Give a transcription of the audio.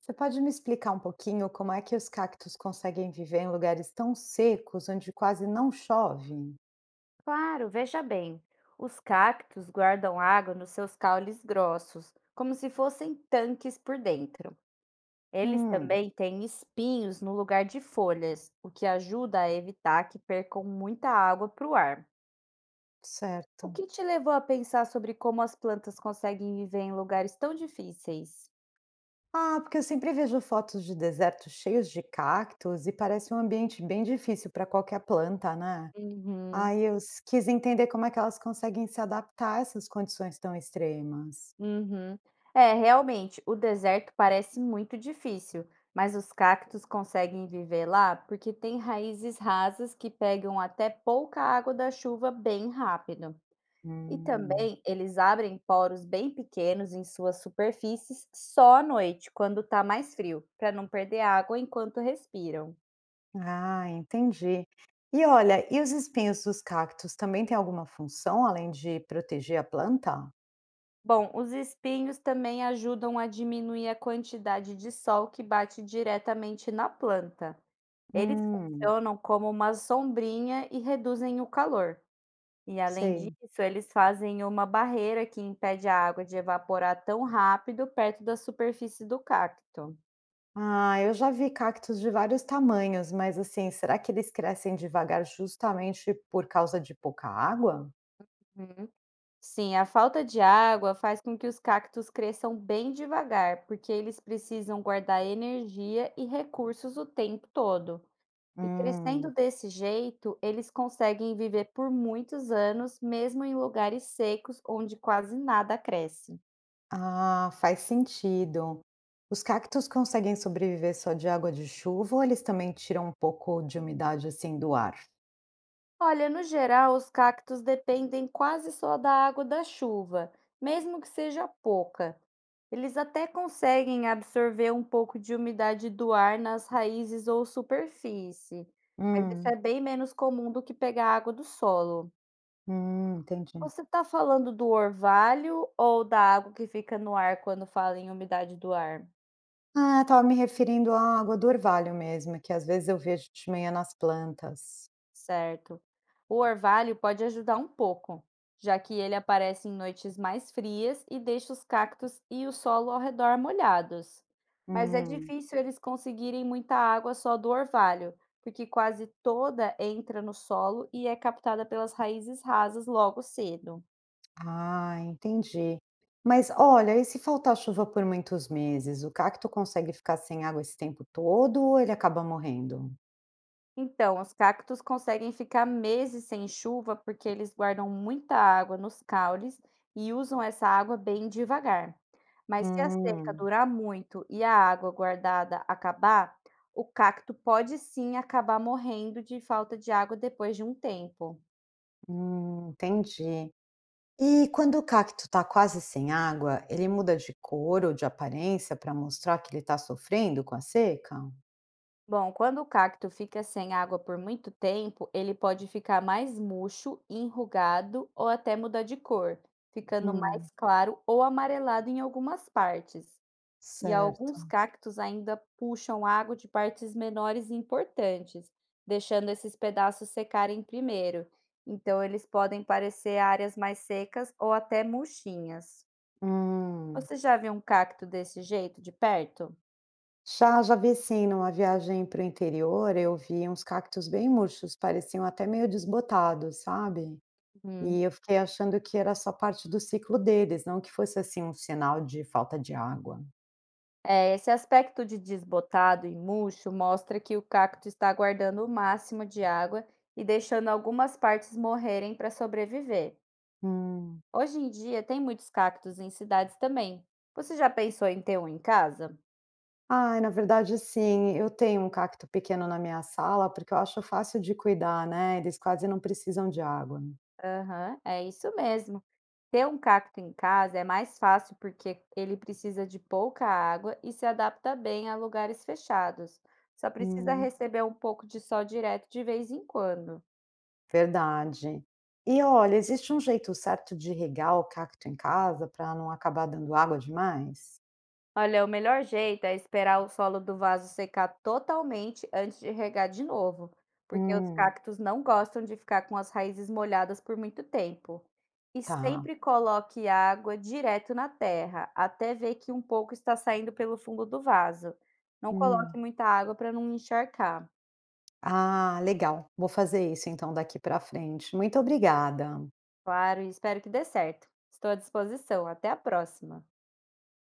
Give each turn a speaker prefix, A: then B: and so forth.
A: Você pode me explicar um pouquinho como é que os cactos conseguem viver em lugares tão secos, onde quase não chove?
B: Claro, veja bem. Os cactos guardam água nos seus caules grossos, como se fossem tanques por dentro. Eles
A: Hum,
B: também têm espinhos no lugar de folhas, o que ajuda a evitar que percam muita água para o ar. O
A: certo.
B: que te levou a pensar sobre como as plantas conseguem viver em lugares tão difíceis?
A: Ah, porque eu sempre vejo fotos de desertos cheios de cactos e parece um ambiente bem difícil para qualquer planta, né?
B: Uhum.
A: Aí quis entender como é que elas conseguem se adaptar a essas condições tão extremas.
B: Uhum. É, realmente, o deserto parece muito difícil, mas os cactos conseguem viver lá porque tem raízes rasas que pegam até pouca água da chuva bem rápido. E
A: Hum,
B: também eles abrem poros bem pequenos em suas superfícies só à noite, quando está mais frio, para não perder água enquanto respiram.
A: ah, entendi. E olha, e os espinhos dos cactos também têm alguma função além de proteger a planta?
B: Bom, os espinhos também ajudam a diminuir a quantidade de sol que bate diretamente na planta. Eles
A: Hum.
B: funcionam como uma sombrinha e reduzem o calor. E além disso,
A: Sei.
B: eles fazem uma barreira que impede a água de evaporar tão rápido perto da superfície do cacto.
A: Ah, eu já vi cactos de vários tamanhos, mas assim, será que eles crescem devagar justamente por causa de pouca água?
B: Uhum. Sim, a falta de água faz com que os cactos cresçam bem devagar, porque eles precisam guardar energia e recursos o tempo todo. E
A: Hum,
B: crescendo desse jeito, eles conseguem viver por muitos anos, mesmo em lugares secos onde quase nada cresce.
A: ah, faz sentido. Os cactos conseguem sobreviver só de água de chuva ou eles também tiram um pouco de umidade assim do ar?
B: Olha, no geral, os cactos dependem quase só da água da chuva, mesmo que seja pouca. Eles até conseguem absorver um pouco de umidade do ar nas raízes ou superfície, mas isso
A: Hum,
B: é bem menos comum do que pegar água do solo.
A: hum, entendi.
B: Você está falando do orvalho ou da água que fica no ar quando fala em umidade do ar?
A: Ah, estava me referindo à água do orvalho mesmo, que às vezes eu vejo de manhã nas plantas.
B: Certo. O orvalho pode ajudar um pouco, já que ele aparece em noites mais frias e deixa os cactos e o solo ao redor molhados. Mas é
A: Hum.
B: difícil eles conseguirem muita água só do orvalho, porque quase toda entra no solo e é captada pelas raízes rasas logo cedo.
A: Ah, entendi. Mas olha, e se faltar chuva por muitos meses, o cacto consegue ficar sem água esse tempo todo ou ele acaba morrendo?
B: Então, os cactos conseguem ficar meses sem chuva porque eles guardam muita água nos caules e usam essa água bem devagar. Mas se a seca
A: Hum,
B: durar muito e a água guardada acabar, o cacto pode sim acabar morrendo de falta de água depois de um tempo.
A: hum, entendi. E quando o cacto está quase sem água, ele muda de cor ou de aparência para mostrar que ele está sofrendo com a seca?
B: Bom, quando o cacto fica sem água por muito tempo, ele pode ficar mais murcho, enrugado ou até mudar de cor, ficando
A: Hum,
B: mais claro ou amarelado em algumas partes. E
A: certo.
B: alguns cactos ainda puxam água de partes menores e importantes, deixando esses pedaços secarem primeiro. Então, eles podem parecer áreas mais secas ou até murchinhas.
A: Hum.
B: Você já viu um cacto desse jeito de perto?
A: Já, já vi sim, numa viagem para o interior, eu vi uns cactos bem murchos, pareciam até meio desbotados, sabe?
B: Uhum.
A: E eu fiquei achando que era só parte do ciclo deles, não que fosse, assim, um sinal de falta de água.
B: É, esse aspecto de desbotado e murcho mostra que o cacto está guardando o máximo de água e deixando algumas partes morrerem para sobreviver.
A: Hum.
B: Hoje em dia, tem muitos cactos em cidades também. Você já pensou em ter um em casa?
A: Ai, na verdade, sim, eu tenho um cacto pequeno na minha sala, porque eu acho fácil de cuidar, né, eles quase não precisam de água.
B: Aham, é isso mesmo. Ter um cacto em casa é mais fácil porque ele precisa de pouca água e se adapta bem a lugares fechados. Só precisa
A: Hum,
B: receber um pouco de sol direto de vez em quando.
A: verdade. E olha, existe um jeito certo de regar o cacto em casa para não acabar dando água demais?
B: Olha, o melhor jeito é esperar o solo do vaso secar totalmente antes de regar de novo, porque os
A: Hum,
B: cactos não gostam de ficar com as raízes molhadas por muito tempo. E
A: tá.
B: sempre coloque água direto na terra, até ver que um pouco está saindo pelo fundo do vaso. Não
A: Hum.
B: coloque muita água para não encharcar.
A: Ah, legal. Vou fazer isso então daqui para frente. Muito obrigada.
B: Claro, e espero que dê certo. Estou à disposição. Até a próxima.